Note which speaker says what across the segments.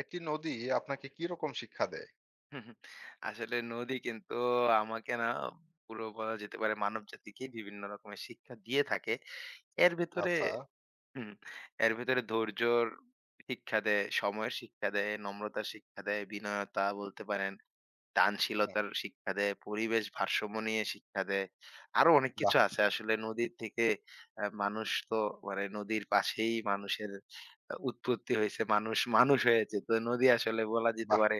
Speaker 1: একটি নদী আপনাকে কি রকম শিক্ষা দেয়?
Speaker 2: হুম হুম। আসলে নদী কিন্তু আমাকে না পুরো বলা যেতে পারে মানব জাতিকে বিভিন্ন রকমের শিক্ষা দিয়ে থাকে এর ভেতরে
Speaker 1: আচ্ছা।
Speaker 2: হুম, এর ভেতরে ধৈর্যর শিক্ষা দেয়, সময়ের শিক্ষা দেয়, নম্রতার শিক্ষা দেয়, বিনয়তা বলতে পারেন,
Speaker 1: হুম,
Speaker 2: দানশীলতার শিক্ষা দেয়, পরিবেশ ভারসাম্য নিয়ে শিক্ষা দেয়। আরো অনেক কিছু
Speaker 1: বাহ!
Speaker 2: আছে আসলে নদীর থেকে। মানুষ তো মানে নদীর পাশেই মানুষের উৎপত্তি হয়েছে, মানুষ মানুষ হয়েছে তো নদী আসলে বলা যেতে
Speaker 1: বাহ!
Speaker 2: পারে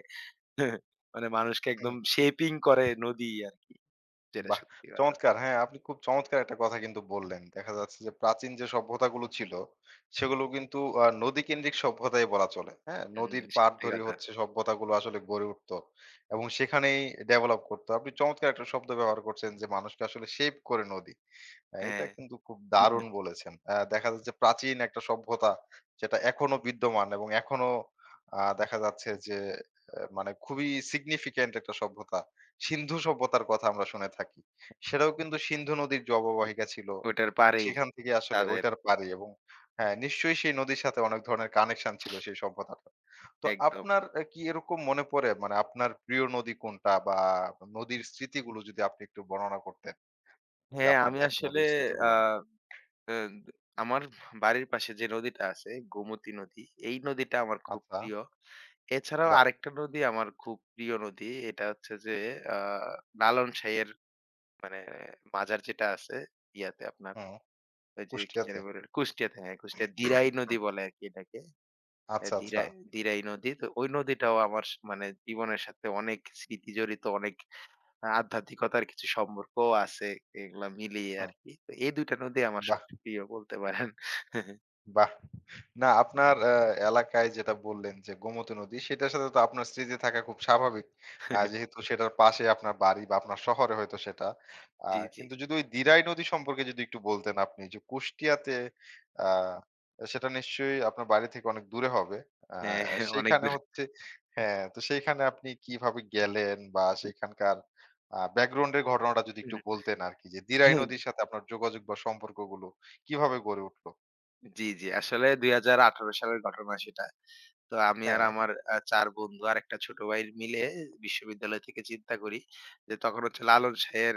Speaker 2: মানে মানুষকে
Speaker 1: হুম,
Speaker 2: একদম শেপিং করে নদী আরকি। যেটা
Speaker 1: বাহ!
Speaker 2: সত্যি কথা।
Speaker 1: চমৎকার। হ্যাঁ, আপনি খুব চমৎকার একটা কথা কিন্তু বললেন। দেখা যাচ্ছে যে প্রাচীন যে সভ্যতাগুলো ছিল, সেগুলো কিন্তু নদীকেন্দ্রিক সভ্যতাই বলা চলে। হ্যাঁ?
Speaker 2: হুম,
Speaker 1: নদীর পাড়
Speaker 2: সত্যি
Speaker 1: ধরেই
Speaker 2: কথা।
Speaker 1: হচ্ছে সভ্যতাগুলো আসলে গড়ে উঠতো এবং সেখানেই ডেভেলপ করতো। আপনি চমৎকার একটা শব্দ ব্যবহার করছেন যে মানুষকে আসলে শেপ করে নদী। হ্যাঁ, এটা
Speaker 2: হ্যাঁ,
Speaker 1: কিন্তু খুব দারুণ বলেছেন। দেখা যাচ্ছে প্রাচীন একটা সভ্যতা যেটা এখনো বিদ্যমান এবং এখনো দেখা যাচ্ছে যে মানে খুবই সিগনিফিক্যান্ট একটা সভ্যতা। সিন্ধু সভ্যতার কথা আমরা শুনে থাকি। সেটাও কিন্তু সিন্ধু নদীর যে অববাহিকা ছিল,
Speaker 2: ওটার পারেই
Speaker 1: সেখান থেকে আসলে
Speaker 2: তাদের
Speaker 1: ঐটার পাড়ি এবং হ্যাঁ, নিশ্চয়ই সেই নদীর সাথে অনেক ধরনের কানেকশন ছিল সেই সভ্যতাটার। তো
Speaker 2: একদম।
Speaker 1: আপনার কি এরকম মনে পড়ে মানে আপনার প্রিয় নদী কোনটা বা নদীর স্মৃতিগুলো যদি আপনি একটু বর্ণনা করতেন যে
Speaker 2: হ্যাঁ,
Speaker 1: আপনার
Speaker 2: আমি
Speaker 1: দেখা
Speaker 2: আসলে
Speaker 1: নদীর
Speaker 2: আ
Speaker 1: স্মৃতিগুলো?
Speaker 2: আ আমার বাড়ির পাশে যে নদীটা আছে গোমতী নদী, এই নদীটা আমার খুব
Speaker 1: আচ্ছা,
Speaker 2: প্রিয়। এছাড়াও
Speaker 1: বাহ!
Speaker 2: আরেকটা নদী আমার খুব প্রিয় নদী। এটা হচ্ছে যে আ লালন শাহের মানে মাজার যেটা আছে ইয়াতে আপনার
Speaker 1: হুম,
Speaker 2: ওই যে কি
Speaker 1: কুষ্টিয়াতে।
Speaker 2: জানি বলে? কুষ্টিয়াতে, হ্যাঁ, কুষ্টিয়ার দিরাই নদী বলে আরকি এটাকে। অ্যা
Speaker 1: আচ্ছা,
Speaker 2: ধীরা
Speaker 1: আচ্ছা।
Speaker 2: ধীরাই নদী। তো ওই নদীটাও আমার স মানে জীবনের সাথে অনেক স্মৃতি জড়িত, অনেক আধ্যাত্মিকতার কিছু সম্পর্কও আছে। এগুলা মিলিয়ে
Speaker 1: হুম,
Speaker 2: আরকি। তো এই ২ টা নদী আমার
Speaker 1: বাহ!
Speaker 2: সবচেয়ে প্রিয় বলতে পারেন।
Speaker 1: বাহ! না আপনার এলাকায় যেটা বললেন যে গোমতী নদী সেটার সাথে তো আপনার স্মৃতি থাকা খুব স্বাভাবিক। যেহেতু সেটার পাশে আপনার বাড়ি বা আপনার শহরে হয়তো সেটা। আ
Speaker 2: জি, জি।
Speaker 1: কিন্তু যদি ওই দিরাই নদী সম্পর্কে যদি একটু বলতেন আপনি যে কুষ্টিয়াতে আ সেটা নিশ্চয়ই আপনার বাড়ি থেকে অনেক দূরে হবে। আ
Speaker 2: হ্যাঁ, হ্যাঁ অনেক
Speaker 1: সেইখানে হচ্ছে হ্যাঁ, তো সেইখানে আপনি কিভাবে গেলেন বা সেখানকার ব্যাকগ্রাউন্ড এর ঘটনাটা যদি একটু
Speaker 2: দূর।
Speaker 1: বলতেন আরকি যে দিরাই নদীর সাথে আপনার যোগাযোগ বা সম্পর্কগুলো কিভাবে গড়ে উঠলো?
Speaker 2: জি, জি। আসলে ২০১৮ সালের ঘটনা সেটা। তো আমি
Speaker 1: হ্যাঁ,
Speaker 2: আর
Speaker 1: হ্যাঁ।
Speaker 2: আমার ৪ বন্ধু আর একটা ছোট ভাই মিলে বিশ্ববিদ্যালয় থেকে চিন্তা করি যে, তখন হচ্ছে লালন শাহের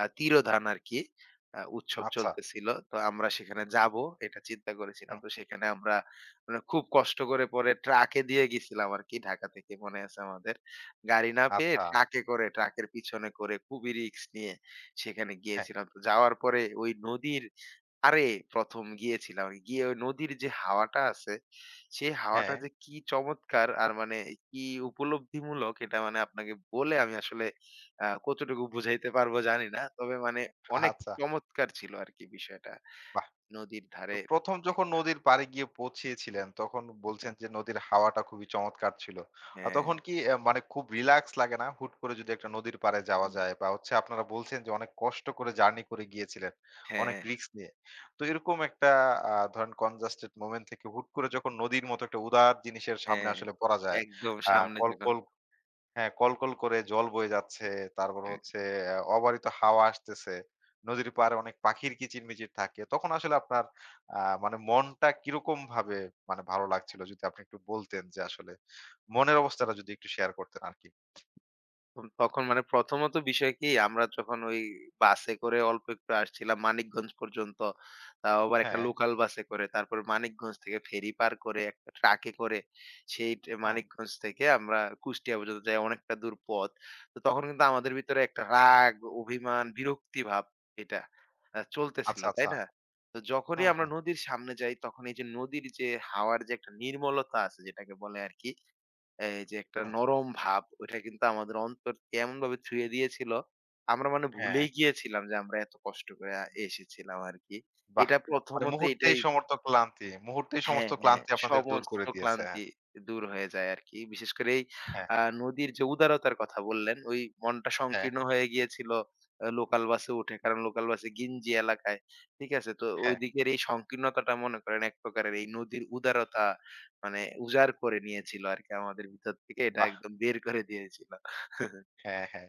Speaker 2: তিরোধান আরকি উৎসব
Speaker 1: আচ্ছা।
Speaker 2: চলতেছিল। তো আমরা সেখানে যাবো এটা চিন্তা করেছিলাম।
Speaker 1: হুম,
Speaker 2: তো সেখানে আমরা মানে খুব কষ্ট করে পরে ট্রাকে দিয়ে গেছিলাম আরকি ঢাকা থেকে, মনে আছে আমাদের। গাড়ি না পেয়ে
Speaker 1: আচ্ছা।
Speaker 2: ট্রাকে করে, ট্রাকের পিছনে করে খুবই রিস্ক নিয়ে সেখানে
Speaker 1: হ্যাঁ,
Speaker 2: গিয়েছিলাম। তো যাওয়ার পরে ওই নদীর আরে ১ম গিয়েছিলাম। গিয়ে ওই নদীর যে হাওয়াটা আছে, সেই
Speaker 1: হ্যাঁ,
Speaker 2: হাওয়াটা যে কি চমৎকার আর মানে কি উপলব্ধিমূলক, এটা মানে আপনাকে বলে আমি আসলে কতটুকু বুঝাইতে পারবো জানি না। তবে মানে অনেক
Speaker 1: আচ্ছা।
Speaker 2: চমৎকার ছিল আরকি বিষয়টা।
Speaker 1: বাহ!
Speaker 2: নদীর
Speaker 1: তো
Speaker 2: ধারের
Speaker 1: প্রথম যখন
Speaker 2: একটা
Speaker 1: নদীর পাড়ে গিয়ে পৌঁছেছিলেন, তখন বলছেন যে নদীর হাওয়াটা খুবই চমৎকার ছিল।
Speaker 2: হ্যাঁ,
Speaker 1: তখন কি মানে খুব রিল্যাক্স লাগে না? হুট করে যদি একটা নদীর পাড়ে যাওয়া
Speaker 2: হুম,
Speaker 1: যায় বা হচ্ছে আপনারা বলছেন যে অনেক কষ্ট করে জার্নি করে গিয়েছিলেন, অনেক
Speaker 2: হ্যাঁ,
Speaker 1: রিস্ক নিয়ে। তো এরকম একটা ধরেন congested moment থেকে হুট করে যখন নদীর মতো একটা উদার জিনিসের সামনে
Speaker 2: হ্যাঁ।
Speaker 1: আসলে পড়া যায়,
Speaker 2: একদম
Speaker 1: আ
Speaker 2: সামনে যখন
Speaker 1: কলকল হ্যাঁ, কলকল করে জল বয়ে যাচ্ছে। তারপর হচ্ছে অবারিত হাওয়া আসতেছে। নদীর পাড়ে অনেক পাখির কিচিরমিচির থাকে। তখন আসলে আপনার মানে মনটা কিরকমভাবে মানে ভালো লাগছিল? যদি আপনি একটু বলতেন যে আসলে মনের অবস্থাটা যদি একটু শেয়ার করতেন আরকি।
Speaker 2: তখন তখন মানে প্রথমত বিষয় কি আমরা যখন ওই বাসে করে অল্প একটু আসছিলাম মানিকগঞ্জ পর্যন্ত, তাও আবার একটা
Speaker 1: হ্যাঁ,
Speaker 2: লোকাল বাসে করে। তারপরে মানিকগঞ্জ থেকে ফেরি পার করে একটা ট্রাকে করে সেই ট্রে
Speaker 1: হুম।
Speaker 2: মানিকগঞ্জ থেকে আমরা কুষ্টিয়া পর্যন্ত যাই অনেকটা দূর পথ। তো তখন কিন্তু আমাদের ভিতরে একটা রাগ, অভিমান, বিরক্তি ভাব এটা চলতেছিল,
Speaker 1: আচ্ছা,
Speaker 2: তাই
Speaker 1: আচ্ছা।
Speaker 2: না? তো যখনই
Speaker 1: হুম,
Speaker 2: আমরা
Speaker 1: হুম,
Speaker 2: নদীর সামনে যাই তখন এই যে নদীর যে হাওয়ার যে একটা নির্মলতা আছে যেটাকে বলে আরকি এই যে একটা
Speaker 1: হুম।
Speaker 2: নরম ভাব ওইটা কিন্তু আমাদের অন্তরকে এমনভাবে ছুঁয়ে দিয়েছিল, আমরা মানে
Speaker 1: হ্যাঁ,
Speaker 2: ভুলেই গিয়েছিলাম যে আমরা এত কষ্ট করে এসেছিলাম আরকি।
Speaker 1: বাহ!
Speaker 2: এটা
Speaker 1: মানে
Speaker 2: প্রথমত
Speaker 1: মুহূর্তেই
Speaker 2: এটাই
Speaker 1: সমস্ত ক্লান্তি মুহূর্তেই সমস্ত
Speaker 2: হ্যাঁ, হ্যাঁ।
Speaker 1: ক্লান্তি আপনাদের দূর
Speaker 2: সমস্ত
Speaker 1: করে দিয়েছে। হ্যাঁ,
Speaker 2: ক্লান্তি দূর হয়ে যায় আরকি। বিশেষ করে এই
Speaker 1: হ্যাঁ,
Speaker 2: নদীর যে উদারতার কথা বললেন, ওই মনটা
Speaker 1: হ্যাঁ,
Speaker 2: সংকীর্ণ হয়ে গিয়েছিল লোকাল বাসে উঠে। কারণ লোকাল বাসে ঘিঞ্জি এলাকায়। ঠিক আছে? তো
Speaker 1: হ্যাঁ।
Speaker 2: ওইদিকের এই সংকীর্ণতাটা মনে করেন এক প্রকারের এই নদীর উদারতা মানে উজাড় করে নিয়েছিল আরকি আমাদের ভিতর থেকে। এটা
Speaker 1: বাহ!
Speaker 2: একদম বের করে দিয়েছিল।
Speaker 1: হ্যাঁ, হ্যাঁ।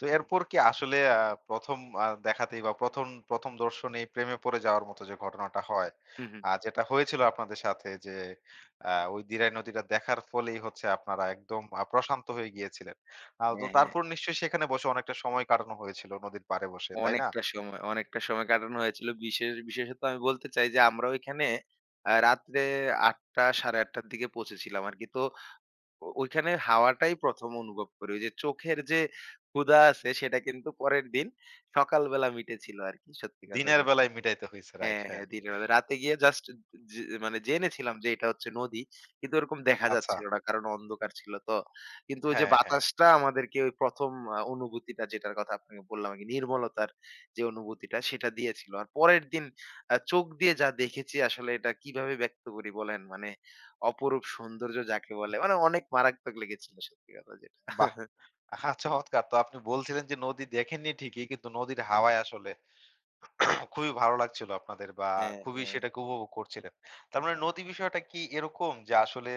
Speaker 1: তো এরপর কি আসলে প্রথম দেখাতেই বা ১ম দর্শনেই প্রেমে পড়ে যাওয়ার মতো যে ঘটনাটা হয়,
Speaker 2: হু, হু।
Speaker 1: যেটা হয়েছিল আপনাদের সাথে যে ওই দিরাই নদীটা দেখার ফলেই হচ্ছে আপনারা একদম প্রশান্ত হয়ে গিয়েছিলেন। তো
Speaker 2: হ্যাঁ, হ্যাঁ।
Speaker 1: তারপর নিশ্চয়ই সেখানে বসে অনেকটা সময় কাটানো হয়েছিল নদীর পাড়ে বসে, তাই না?
Speaker 2: অনেকটা সময় কাটানো হয়েছিল। বিশেষত আমি বলতে চাই যে আমরা ওইখানে রাত্রে ৮:০০ ৮:৩০ র দিকে পৌঁছেছিলাম আরকি। তো ওইখানে হাওয়াটাই ১ম অনুভব করি। ওই যে চোখের যে ক্ষুধা আছে সেটা কিন্তু পরের দিন সকালবেলা মিটেছিল আরকি। সত্যি কথা
Speaker 1: দিনের
Speaker 2: যেটা।
Speaker 1: বেলায় মিটাইতে হইছে, রাইট?
Speaker 2: হ্যাঁ,
Speaker 1: হ্যাঁ।
Speaker 2: হ্যাঁ, দিনের বেলা। রাতে গিয়ে জাস্ট জে মানে জেনেছিলাম যে এটা হচ্ছে নদী। কিন্তু ওরকম দেখা
Speaker 1: আচ্ছা।
Speaker 2: যাচ্ছিল না। কারণ অন্ধকার ছিল তো। কিন্তু ওই যে
Speaker 1: হ্যাঁ, হ্যাঁ।
Speaker 2: বাতাসটা আমাদেরকে ওই ১ম অনুভূতিটা, যেটার কথা আপনাকে বললাম আরকি, নির্মলতার যে অনুভূতিটা সেটা দিয়েছিল। আর পরের দিন চোখ দিয়ে যা দেখেছি আসলে এটা কিভাবে ব্যক্ত করি বলেন? মানে অপরূপ সৌন্দর্য যাকে বলে, মানে অনেক মারাত্মক লেগেছিল, সত্যি কথা যেটা।
Speaker 1: বাহ! আহা চমৎকার! তো আপনি বলছিলেন যে নদী দেখেননি ঠিকই কিন্তু নদীর হাওয়ায় আসলে খুবই ভালো লাগছিল আপনাদের বা
Speaker 2: হ্যাঁ,
Speaker 1: খুবই
Speaker 2: হ্যাঁ।
Speaker 1: সেটাকে উপভোগ করছিলেন। তার মানে নদী বিষয়টা কি এরকম যে আসলে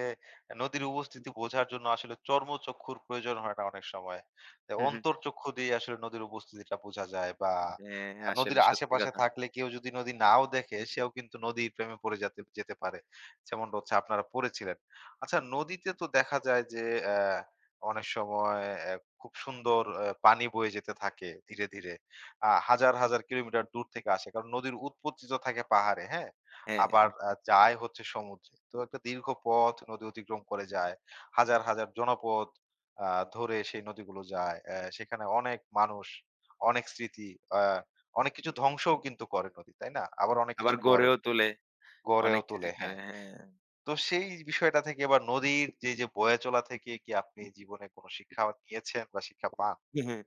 Speaker 1: নদীর উপস্থিতি বোঝার জন্য আসলে চর্মচক্ষুর প্রয়োজন হয় না অনেক সময়। তা
Speaker 2: হু, হু।
Speaker 1: অন্তরচক্ষু দিয়ে আসলে নদীর উপস্থিতিটা বোঝা যায় বা
Speaker 2: হ্যাঁ,
Speaker 1: নদীর
Speaker 2: আসলে সত্যি
Speaker 1: আশেপাশে
Speaker 2: কথা।
Speaker 1: থাকলে কেউ যদি নদী নাও দেখে সেও কিন্তু নদীর প্রেমে পড়ে যাতে যেতে পারে। যেমনটা হচ্ছে আপনারা পড়েছিলেন। আচ্ছা নদীতে তো দেখা যায় যে অনেক সময় খুব সুন্দর পানি বয়ে যেতে থাকে ধীরে, ধীরে। হাজার, হাজার কিলোমিটার দূর থেকে আসে। কারণ নদীর উৎপত্তি তো থাকে পাহাড়ে, হ্যাঁ?
Speaker 2: হ্যাঁ,
Speaker 1: আবার হুম। যায় হচ্ছে সমুদ্রে। তো একটা দীর্ঘ পথ নদী অতিক্রম করে যায়। হাজার, হাজার জনপদ আ ধরে সেই নদীগুলো যায়। সেখানে অনেক মানুষ, অনেক স্মৃতি, আ অনেক কিছু ধ্বংসও কিন্তু করে নদী, তাই না? আবার অনেক কিছু
Speaker 2: আবার
Speaker 1: গড়েও
Speaker 2: গড়েও তোলে।
Speaker 1: গড়েও
Speaker 2: অনেক কিছু
Speaker 1: তোলে,
Speaker 2: করে।
Speaker 1: হ্যাঁ।
Speaker 2: হ্যাঁ।
Speaker 1: তো সেই বিষয়টা থেকে এবার নদীর যে বয়ে চলা থেকে কি আপনি জীবনে কোনো শিক্ষা নিয়েছেন বা শিক্ষা পান?
Speaker 2: হ্যাঁ।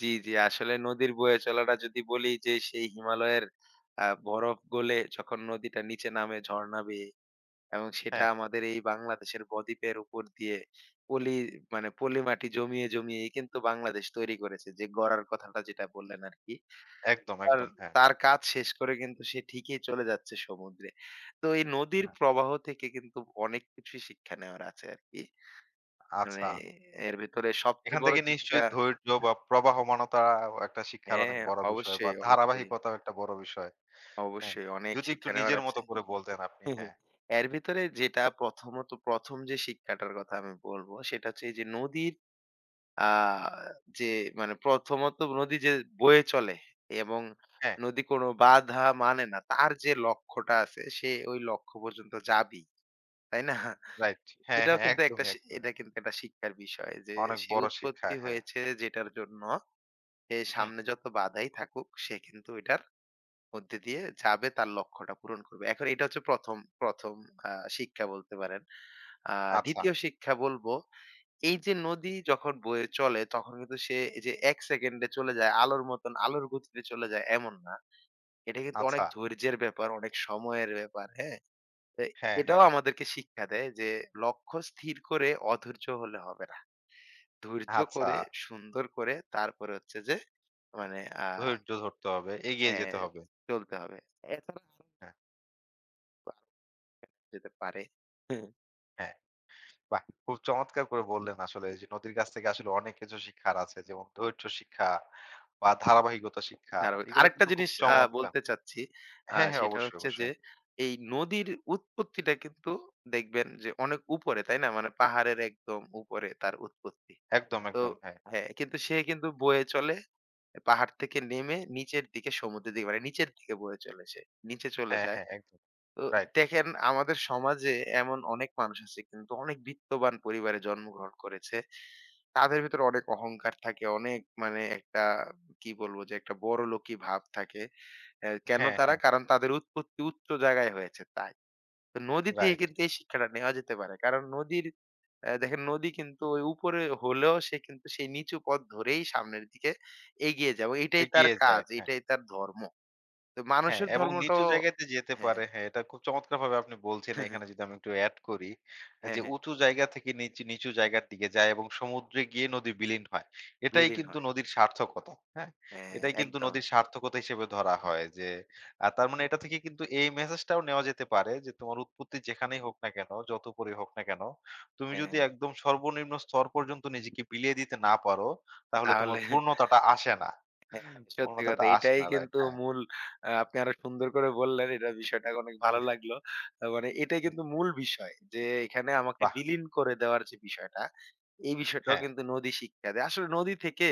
Speaker 2: জি, জি। আসলে নদীর বয়ে চলাটা যদি বলি যে সেই হিমালয়ের বরফ গলে যখন নদীটা নিচে নামে ঝর্ণা বেয়ে, এবং সেটা
Speaker 1: হ্যাঁ,
Speaker 2: আমাদের এই বাংলাদেশের বদ্বীপের উপর দিয়ে পলি পলি মাটি জমিয়ে, জমিয়েই কিন্তু বাংলাদেশ তৈরি করেছে। যে গড়ার কথাটা যেটা বললেন আরকি।
Speaker 1: একদম,
Speaker 2: আর
Speaker 1: একদম। হ্যাঁ,
Speaker 2: তার কাজ শেষ করে কিন্তু সে ঠিকই চলে যাচ্ছে সমুদ্রে। তো এই নদীর
Speaker 1: হ্যাঁ।
Speaker 2: প্রবাহ থেকে কিন্তু অনেক কিছুই শিক্ষা নেওয়ার আছে আরকি। মানে
Speaker 1: আচ্ছা।
Speaker 2: এর ভেতরে
Speaker 1: এখান
Speaker 2: সবচেয়ে বড়
Speaker 1: থেকে
Speaker 2: শিক্ষা
Speaker 1: নিশ্চয়ই ধৈর্য বা প্রবাহমানতা একটা শিক্ষার
Speaker 2: হ্যাঁ,
Speaker 1: অনেক
Speaker 2: হ্যাঁ,
Speaker 1: বড় বিষয় বা
Speaker 2: অবশ্যই, অবশ্যই,
Speaker 1: ধারাবাহিকতাও একটা বড় বিষয়। হ্যাঁ,
Speaker 2: অবশ্যই অনেক
Speaker 1: যদি একটু
Speaker 2: শিক্ষা নেওয়ার
Speaker 1: নিজের মতো
Speaker 2: আছে।
Speaker 1: করে বলতেন আপনি। হ্যাঁ,
Speaker 2: এর ভিতরে যেটা ১ম যে শিক্ষাটার কথা আমি বলবো সেটা হচ্ছে এই যে নদীর আ যে মানে প্রথমত নদী যে বয়ে চলে এবং
Speaker 1: হ্যাঁ,
Speaker 2: নদী কোন বাধা মানে না। তার যে লক্ষ্যটা আছে সে ওই লক্ষ্য পর্যন্ত যাবেই। তাই না?
Speaker 1: রাইট। হ্যাঁ, হ্যাঁ, একদমই, একদমই।
Speaker 2: এটা কিন্তু একটা শিক্ষার বিষয় যে
Speaker 1: অনেক
Speaker 2: সে
Speaker 1: বড় শিক্ষা,
Speaker 2: উৎপত্তি
Speaker 1: হ্যাঁ।
Speaker 2: হয়েছে যেটার জন্য সে
Speaker 1: হুম,
Speaker 2: সামনে যত বাধাই থাকুক সে কিন্তু এটার মধ্যে দিয়ে যাবে, তার লক্ষ্যটা পূরণ করবে। এখন এটা হচ্ছে ১ম আ শিক্ষা বলতে পারেন। আ
Speaker 1: আচ্ছা,
Speaker 2: ২য় শিক্ষা বলবো, এই যে নদী যখন বয়ে চলে তখন কিন্তু সে এই যে ১ সেকেন্ডে চলে যায়, আলোর গতিতে চলে যায় এমন না। এটা কিন্তু অনেক
Speaker 1: আচ্ছা।
Speaker 2: ধৈর্যের ব্যাপার, অনেক সময়ের ব্যাপার, হ্যাঁ? তো
Speaker 1: হ্যাঁ,
Speaker 2: এটাও
Speaker 1: হ্যাঁ,
Speaker 2: আমাদেরকে শিক্ষা দেয় যে লক্ষ্য স্থির করে অধৈর্য হলে হবে না। ধৈর্য
Speaker 1: আচ্ছা।
Speaker 2: করে, সুন্দর করে তারপরে হচ্ছে যে মানে আ
Speaker 1: ধৈর্য ধরতে হবে, এগিয়ে
Speaker 2: হ্যাঁ,
Speaker 1: যেতে হবে।
Speaker 2: চলতে হবে। এছাড়া
Speaker 1: হ্যাঁ,
Speaker 2: যেতে পারে। হুম,
Speaker 1: হ্যাঁ। বাহ! খুব চমৎকার করে বললেন আসলে যে নদীর কাছ থেকে আসলে অনেক কিছু শিক্ষার আছে। যেমন ধৈর্য শিক্ষা বা ধারাবাহিকতা শিক্ষা।
Speaker 2: দারুণ!
Speaker 1: এগুলো
Speaker 2: আরেকটা
Speaker 1: কিন্তু খুব
Speaker 2: জিনিস
Speaker 1: চমৎকার।
Speaker 2: বলতে চাচ্ছি।
Speaker 1: হ্যাঁ, হ্যাঁ,
Speaker 2: সেটা
Speaker 1: অবশ্যই,
Speaker 2: হচ্ছে যে
Speaker 1: অবশ্যই।
Speaker 2: এই নদীর উৎপত্তিটা কিন্তু দেখবেন যে অনেক উপরে, তাই না? মানে পাহাড়ের একদম উপরে তার উৎপত্তি।
Speaker 1: একদম,
Speaker 2: তো
Speaker 1: একদম। হ্যাঁ,
Speaker 2: হ্যাঁ, কিন্তু সে কিন্তু বয়ে চলে পাহাড় থেকে নেমে নিচের দিকে, সমুদ্রের দিকে, মানে নিচের দিকে বয়ে চলে সে। নিচে চলে
Speaker 1: হ্যাঁ,
Speaker 2: যায়।
Speaker 1: হ্যাঁ, একদম।
Speaker 2: তো
Speaker 1: রাইট।
Speaker 2: দেখেন আমাদের সমাজে এমন অনেক মানুষ আছে কিন্তু, অনেক বিত্তবান পরিবারে জন্মগ্রহণ করেছে। তাদের ভেতরে অনেক অহংকার থাকে, অনেক মানে একটা কি বলবো, যে একটা বড়লোকি ভাব থাকে। অ্যা কেন
Speaker 1: হ্যাঁ,
Speaker 2: তারা?
Speaker 1: হ্যাঁ,
Speaker 2: কারণ তাদের উৎপত্তি উচ্চ জায়গায় হয়েছে তাই। তো নদী থেকে
Speaker 1: রাইট।
Speaker 2: কিন্তু এই শিক্ষাটা নেওয়া যেতে পারে। কারণ নদীর অ্যা দেখেন নদী কিন্তু ওই উপরে হলেও সে কিন্তু সেই নিচু পথ ধরেই সামনের দিকে এগিয়ে যায়, এবং এটাই তার
Speaker 1: এগিয়ে যায়।
Speaker 2: কাজ,
Speaker 1: হ্যাঁ।
Speaker 2: এটাই তার ধর্ম। তো
Speaker 1: হ্যাঁ,
Speaker 2: মানুষের
Speaker 1: এবং নিচু
Speaker 2: ধর্মটাও
Speaker 1: জায়গাতে যেতে
Speaker 2: হ্যাঁ,
Speaker 1: পারে। হ্যাঁ, এটা খুব চমৎকারভাবে আপনি বলছেন।
Speaker 2: হ্যাঁ,
Speaker 1: এখানে যদি আমি একটু এড করি,
Speaker 2: হ্যাঁ,
Speaker 1: যে
Speaker 2: হ্যাঁ,
Speaker 1: উঁচু জায়গা থেকে নিচু, নিচু জায়গার দিকে যায় এবং সমুদ্রে গিয়ে নদী বিলীন হয়। এটাই
Speaker 2: বিলীন
Speaker 1: কিন্তু
Speaker 2: হয়।
Speaker 1: নদীর সার্থকতা। হ্যাঁ?
Speaker 2: হ্যাঁ,
Speaker 1: এটাই কিন্তু
Speaker 2: একদম।
Speaker 1: নদীর সার্থকতা হিসেবে ধরা হয় যে, তার মানে এটা থেকে কিন্তু এই মেসেজটাও নেওয়া যেতে পারে যে, তোমার উৎপত্তি যেখানেই হোক না কেন, যত উপরেই হোক না কেন, তুমি যদি
Speaker 2: হ্যাঁ,
Speaker 1: একদম সর্বনিম্ন স্তর পর্যন্ত নিজেকে বিলিয়ে দিতে না পারো, তাহলে তোমার
Speaker 2: তাহলে
Speaker 1: পূর্ণতাটা আসে না।
Speaker 2: হ্যাঁ, সত্যি
Speaker 1: পূর্ণতাটা
Speaker 2: কথা।
Speaker 1: আসে
Speaker 2: এটাই
Speaker 1: না, রাইট?
Speaker 2: কিন্তু
Speaker 1: হ্যাঁ।
Speaker 2: মূল। আপনি আরো সুন্দর করে বললেন। এটা বিষয়টা অনেক ভালো লাগলো। মানে এটাই কিন্তু মূল বিষয় যে এখানে আমাকে
Speaker 1: বাহ!
Speaker 2: বিলীন করে দেওয়ার যে বিষয়টা, এই বিষয়টাও
Speaker 1: হ্যাঁ,
Speaker 2: কিন্তু নদী শিক্ষা দেয়। আসলে নদী থেকে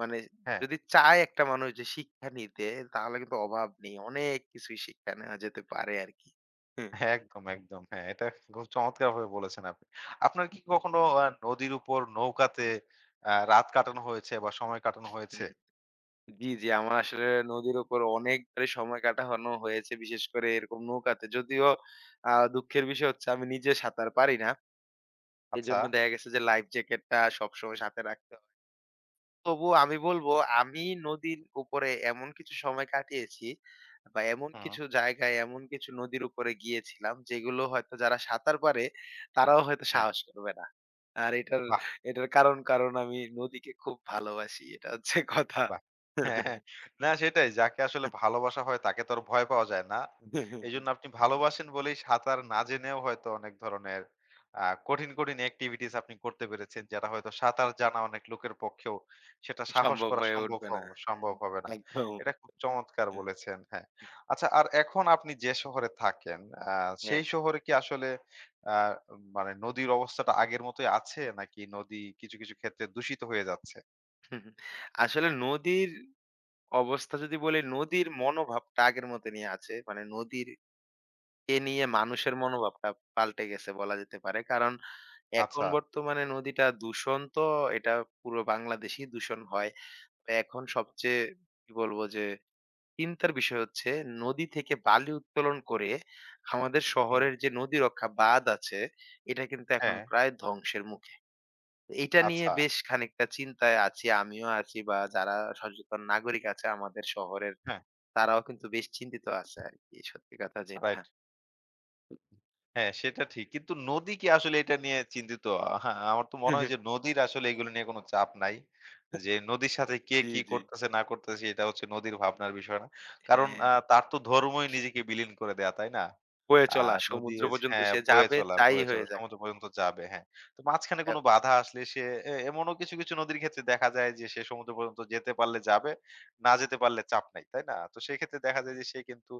Speaker 2: মানে
Speaker 1: হ্যাঁ,
Speaker 2: যদি চায় একটা মানুষ যে শিক্ষা নিতে, তাহলে কিন্তু অভাব নেই। অনেক কিছুই শিক্ষা নেওয়া যেতে পারে আরকি। হুম,
Speaker 1: হ্যাঁ, একদম, একদম। হ্যাঁ, এটা খুব চমৎকারভাবে বলেছেন আপনি। আপনার কি কখনো নদীর উপর নৌকাতে রাত কাটানো হয়েছে বা সময় কাটানো হয়েছে?
Speaker 2: হুম। জি, জি। আমার আসলে নদীর উপর অনেকবারই সময় কাটানো হয়েছে। বিশেষ করে এরকম নৌকাতে। যদিও দুঃখের বিষয় হচ্ছে আমি নিজে সাঁতার পারি না।
Speaker 1: আচ্ছা।
Speaker 2: এজন্য দেখা গেছে যে লাইফ জ্যাকেটটা সবসময় সাথে রাখতে হয়। তবুও আমি বলবো আমি নদীর উপরে এমন কিছু সময় কাটিয়েছি বা এমন
Speaker 1: হুম,
Speaker 2: কিছু জায়গায়, এমন কিছু নদীর উপরে গিয়েছিলাম যেগুলো হয়তো যারা সাঁতার পারে তারাও হয়তো
Speaker 1: হ্যাঁ,
Speaker 2: সাহস করবে না। আর এটার
Speaker 1: বাহ!
Speaker 2: এটার কারণ, কারণ আমি নদীকে খুব ভালোবাসি। এটা হচ্ছে কথা।
Speaker 1: বাহ! হ্যাঁ, হ্যাঁ। না সেটাই। যাকে আসলে ভালোবাসা হয় তাকে তো আর ভয় পাওয়া যায় না। এজন্য আপনি ভালোবাসেন বলেই সাঁতার না জেনেও হয়তো অনেক ধরনের কঠিন, কঠিন activities আপনি করতে পেরেছেন। যেটা হয়তো সাঁতার জানা অনেক লোকের পক্ষেও সেটা সাহস
Speaker 2: সম্ভব
Speaker 1: করা
Speaker 2: হয়ে উঠবে না। হুম,
Speaker 1: সম্ভব হবে না।
Speaker 2: একদম।
Speaker 1: এটা খুব চমৎকার
Speaker 2: হুম,
Speaker 1: বলেছেন। হ্যাঁ। আচ্ছা আর এখন আপনি যে শহরে থাকেন আ
Speaker 2: হ্যাঁ।
Speaker 1: সেই শহরে কি আসলে আ মানে নদীর অবস্থাটা আগের মতোই আছে নাকি নদী কিছু, কিছু ক্ষেত্রে দূষিত হয়ে যাচ্ছে?
Speaker 2: আসলে নদীর অবস্থা যদি বলি, নদীর মনোভাবটা আগের মতনই আছে। মানে নদীর কে নিয়ে মানুষের মনোভাবটা পাল্টে গেছে বলা যেতে পারে। কারণ এখন
Speaker 1: আচ্ছা।
Speaker 2: বর্তমানে নদীটা দূষণ তো এটা পুরো বাংলাদেশেই দূষণ হয়। তো এখন সবচেয়ে কি বলবো, যে চিন্তার বিষয় হচ্ছে নদী থেকে বালি উত্তোলন করে আমাদের
Speaker 1: হুম।
Speaker 2: শহরের যে নদী রক্ষা বাঁধ আছে এটা কিন্তু এখন
Speaker 1: হ্যাঁ।
Speaker 2: প্রায় ধ্বংসের মুখে। এইটা নিয়ে
Speaker 1: আচ্ছা।
Speaker 2: বেশ খানিকটা চিন্তায় আছি, আমিও আছি বা যারা সচেতন নাগরিক আছে আমাদের শহরের,
Speaker 1: হ্যাঁ,
Speaker 2: তারাও কিন্তু বেশ চিন্তিত আছে আরকি। সত্যি কথা যেটা।
Speaker 1: রাইট। হ্যাঁ, সেটা ঠিক। কিন্তু নদী কি আসলে এটা নিয়ে চিন্তিত? হ্যাঁ, আমার তো মনে হয় যে নদীর আসলে এগুলো নিয়ে কোনো চাপ নাই। যে নদীর সাথে কে
Speaker 2: জি,
Speaker 1: কি
Speaker 2: জি।
Speaker 1: করতেছে না করতেছে এটা হচ্ছে নদীর ভাবনার বিষয় না। কারণ
Speaker 2: হ্যাঁ,
Speaker 1: তার তো ধর্মই নিজেকে বিলীন করে দেয়া, তাই না?
Speaker 2: বয়ে
Speaker 1: আ
Speaker 2: চলা
Speaker 1: নদী
Speaker 2: সমুদ্র
Speaker 1: হচ্ছে
Speaker 2: পর্যন্ত
Speaker 1: হ্যাঁ,
Speaker 2: সে
Speaker 1: বয়ে
Speaker 2: যাবে
Speaker 1: চলা
Speaker 2: যাই
Speaker 1: বয়ে চলা
Speaker 2: হয়ে যাক।
Speaker 1: সমুদ্র পর্যন্ত যাবে, হ্যাঁ। তো মাঝখানে
Speaker 2: অ্যা
Speaker 1: কোনো
Speaker 2: হুম।
Speaker 1: বাধা আসলে সে এমনও কিছু, কিছু নদীর ক্ষেত্রে দেখা যায় যে সে সমুদ্র পর্যন্ত যেতে পারলে যাবে, না যেতে পারলে চাপ নাই, তাই না? তো সেক্ষেত্রে দেখা যায় যে সে কিন্তু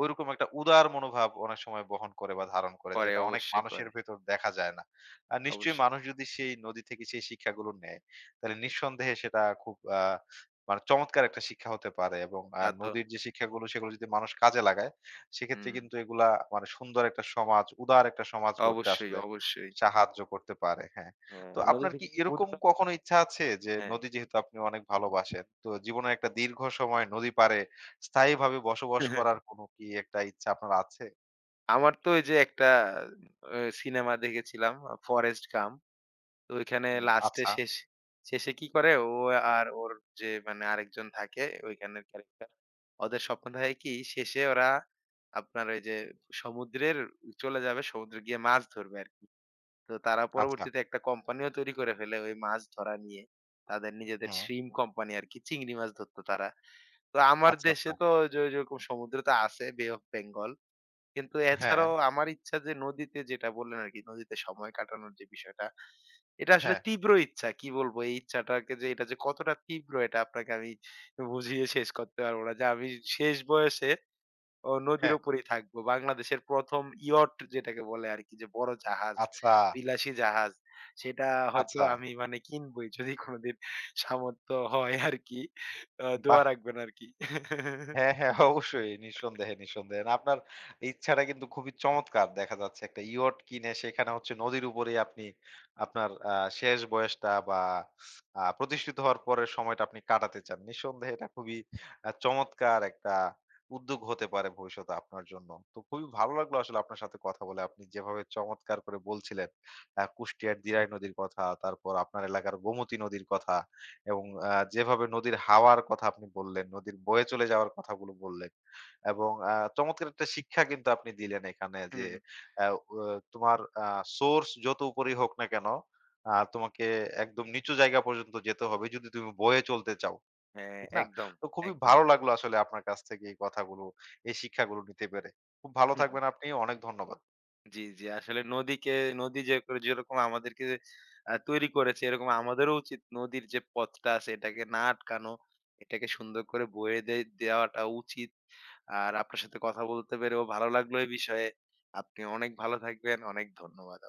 Speaker 1: ঐরকম একটা উদার মনোভাব অনেক সময় বহন করে বা ধারণ করে
Speaker 2: করে,
Speaker 1: যেটা অনেক
Speaker 2: অবশ্যই
Speaker 1: মানুষের
Speaker 2: করে।
Speaker 1: ভেতর দেখা যায় না। আর নিশ্চয়ই
Speaker 2: অবশ্যই।
Speaker 1: মানুষ যদি সেই নদী থেকে সেই শিক্ষাগুলো নেয়, তাহলে নিঃসন্দেহে সেটা খুব মানে চমৎকার একটা শিক্ষা হতে পারে এবং
Speaker 2: তা তো
Speaker 1: নদীর যে শিক্ষাগুলো সেগুলো যদি মানুষ কাজে লাগায়, সেক্ষেত্রে
Speaker 2: হুম।
Speaker 1: কিন্তু এগুলা মানে সুন্দর একটা সমাজ, উদার একটা সমাজ গড়তে
Speaker 2: অবশ্যই,
Speaker 1: আসলে
Speaker 2: অবশ্যই।
Speaker 1: সাহায্য করতে পারে। হ্যাঁ।
Speaker 2: হ্যাঁ,
Speaker 1: তো
Speaker 2: নদী
Speaker 1: আপনার কি
Speaker 2: থেকে
Speaker 1: এরকম
Speaker 2: উদাহরণ
Speaker 1: কখনো ইচ্ছা আছে যে
Speaker 2: হ্যাঁ।
Speaker 1: নদী যেহেতু আপনি অনেক ভালোবাসেন, তো জীবনের একটা দীর্ঘ সময় নদী পাড়ে স্থায়ীভাবে বসবাস করার কোনো কি একটা ইচ্ছা আপনার আছে?
Speaker 2: আমার তো ওই যে একটা অ সিনেমা দেখেছিলাম 'ফরেস্ট গাম্প', তো ওইখানে
Speaker 1: হুম,
Speaker 2: লাস্টে
Speaker 1: আচ্ছা,
Speaker 2: শেষ শেষে কি করে ও আর ওর যে মানে আরেকজন থাকে ওইখানের ক্যারেক্টার, ওদের স্বপ্ন থাকে কি শেষে ওরা আপনার ওই যে সমুদ্রের চলে যাবে, সমুদ্রে গিয়ে মাছ ধরবে আর কি। তো তারা
Speaker 1: আচ্ছা।
Speaker 2: পরবর্তীতে একটা কোম্পানিও তৈরি করে ফেলে ওই মাছ ধরা নিয়ে, তাদের নিজেদের
Speaker 1: হুম,
Speaker 2: শ্রিম কোম্পানি আর কি, চিংড়ি মাছ ধরতো তারা। তো আমার
Speaker 1: আচ্ছা,
Speaker 2: দেশে
Speaker 1: আচ্ছা।
Speaker 2: তো যে ওইরকম সমুদ্র তো আছে, বে অফ বেঙ্গল, কিন্তু
Speaker 1: হ্যাঁ,
Speaker 2: এছাড়াও আমার ইচ্ছা যে নদীতে, যেটা বললেন আরকি, নদীতে সময় কাটানোর যে বিষয়টা, এটা আসলে
Speaker 1: হ্যাঁ,
Speaker 2: তীব্র ইচ্ছা। কি বলবো? এই ইচ্ছাটাকে, যে এটা যে কতটা তীব্র এটা আপনাকে আমি বুঝিয়ে শেষ করতে পারবো না। যে আমি শেষ বয়সে নদীর
Speaker 1: হ্যাঁ।
Speaker 2: উপরেই থাকবো। বাংলাদেশের ১ম ইয়ট, যেটাকে বলে আরকি যে বড় জাহাজ,
Speaker 1: আচ্ছা,
Speaker 2: বিলাসী জাহাজ। সেটা হয়তো
Speaker 1: আচ্ছা।
Speaker 2: আমি মানে কিনবই, যদি কোনদিন সামর্থ্য হয় আরকি। দোয়া
Speaker 1: বাহ!
Speaker 2: রাখবেন আরকি।
Speaker 1: হ্যাঁ, হ্যাঁ, অবশ্যই। নিঃসন্দেহে, নিঃসন্দেহে। না, আপনার ইচ্ছাটা কিন্তু খুবই চমৎকার। দেখা যাচ্ছে একটা ইয়ট কিনে সেখানে হচ্ছে নদীর উপরেই আপনি আপনার শেষ বয়সটা বা প্রতিষ্ঠিত হওয়ার পরের সময়টা আপনি কাটাতে চান। নিঃসন্দেহে এটা খুবই চমৎকার একটা উদ্যোগ হতে পারে ভবিষ্যতে আপনার জন্য। তো খুবই ভালো লাগলো আসলে আপনার সাথে কথা বলে। আপনি যেভাবে চমৎকার করে বলছিলেন কুষ্টিয়ার দিরাই নদীর কথা, তারপর আপনার এলাকার গোমতী নদীর কথা। এবং যেভাবে নদীর হাওয়ার কথা আপনি বললেন, নদীর বয়ে চলে যাওয়ার কথাগুলো বললেন এবং চমৎকার একটা শিক্ষা কিন্তু আপনি দিলেন এখানে যে,
Speaker 2: হুম,
Speaker 1: অ্যা ও তোমার সোর্স যত উপরেই হোক না কেন, তোমাকে একদম নিচু জায়গা পর্যন্ত যেতে হবে যদি তুমি বয়ে চলতে চাও।
Speaker 2: হ্যাঁ,
Speaker 1: ঠিক না?
Speaker 2: একদম,
Speaker 1: তো খুবই
Speaker 2: একদম।
Speaker 1: ভালো লাগলো আসলে আপনার কাছ থেকে এই কথাগুলো, এই শিক্ষাগুলো নিতে পেরে। খুব ভালো
Speaker 2: হুম।
Speaker 1: থাকবেন আপনি। অনেক ধন্যবাদ।
Speaker 2: জি, জি। আসলে নদীকে, যেরকম আমাদেরকে তৈরি করেছে, এরকম আমাদেরও উচিত নদীর যে পথটা আছে এটাকে না আটকানো, এটাকে সুন্দর করে বয়ে দে দেওয়াটা উচিত। আর আপনার সাথে কথা বলতে পেরেও ভালো লাগলো এই বিষয়ে। আপনি অনেক ভালো থাকবেন। অনেক ধন্যবাদ।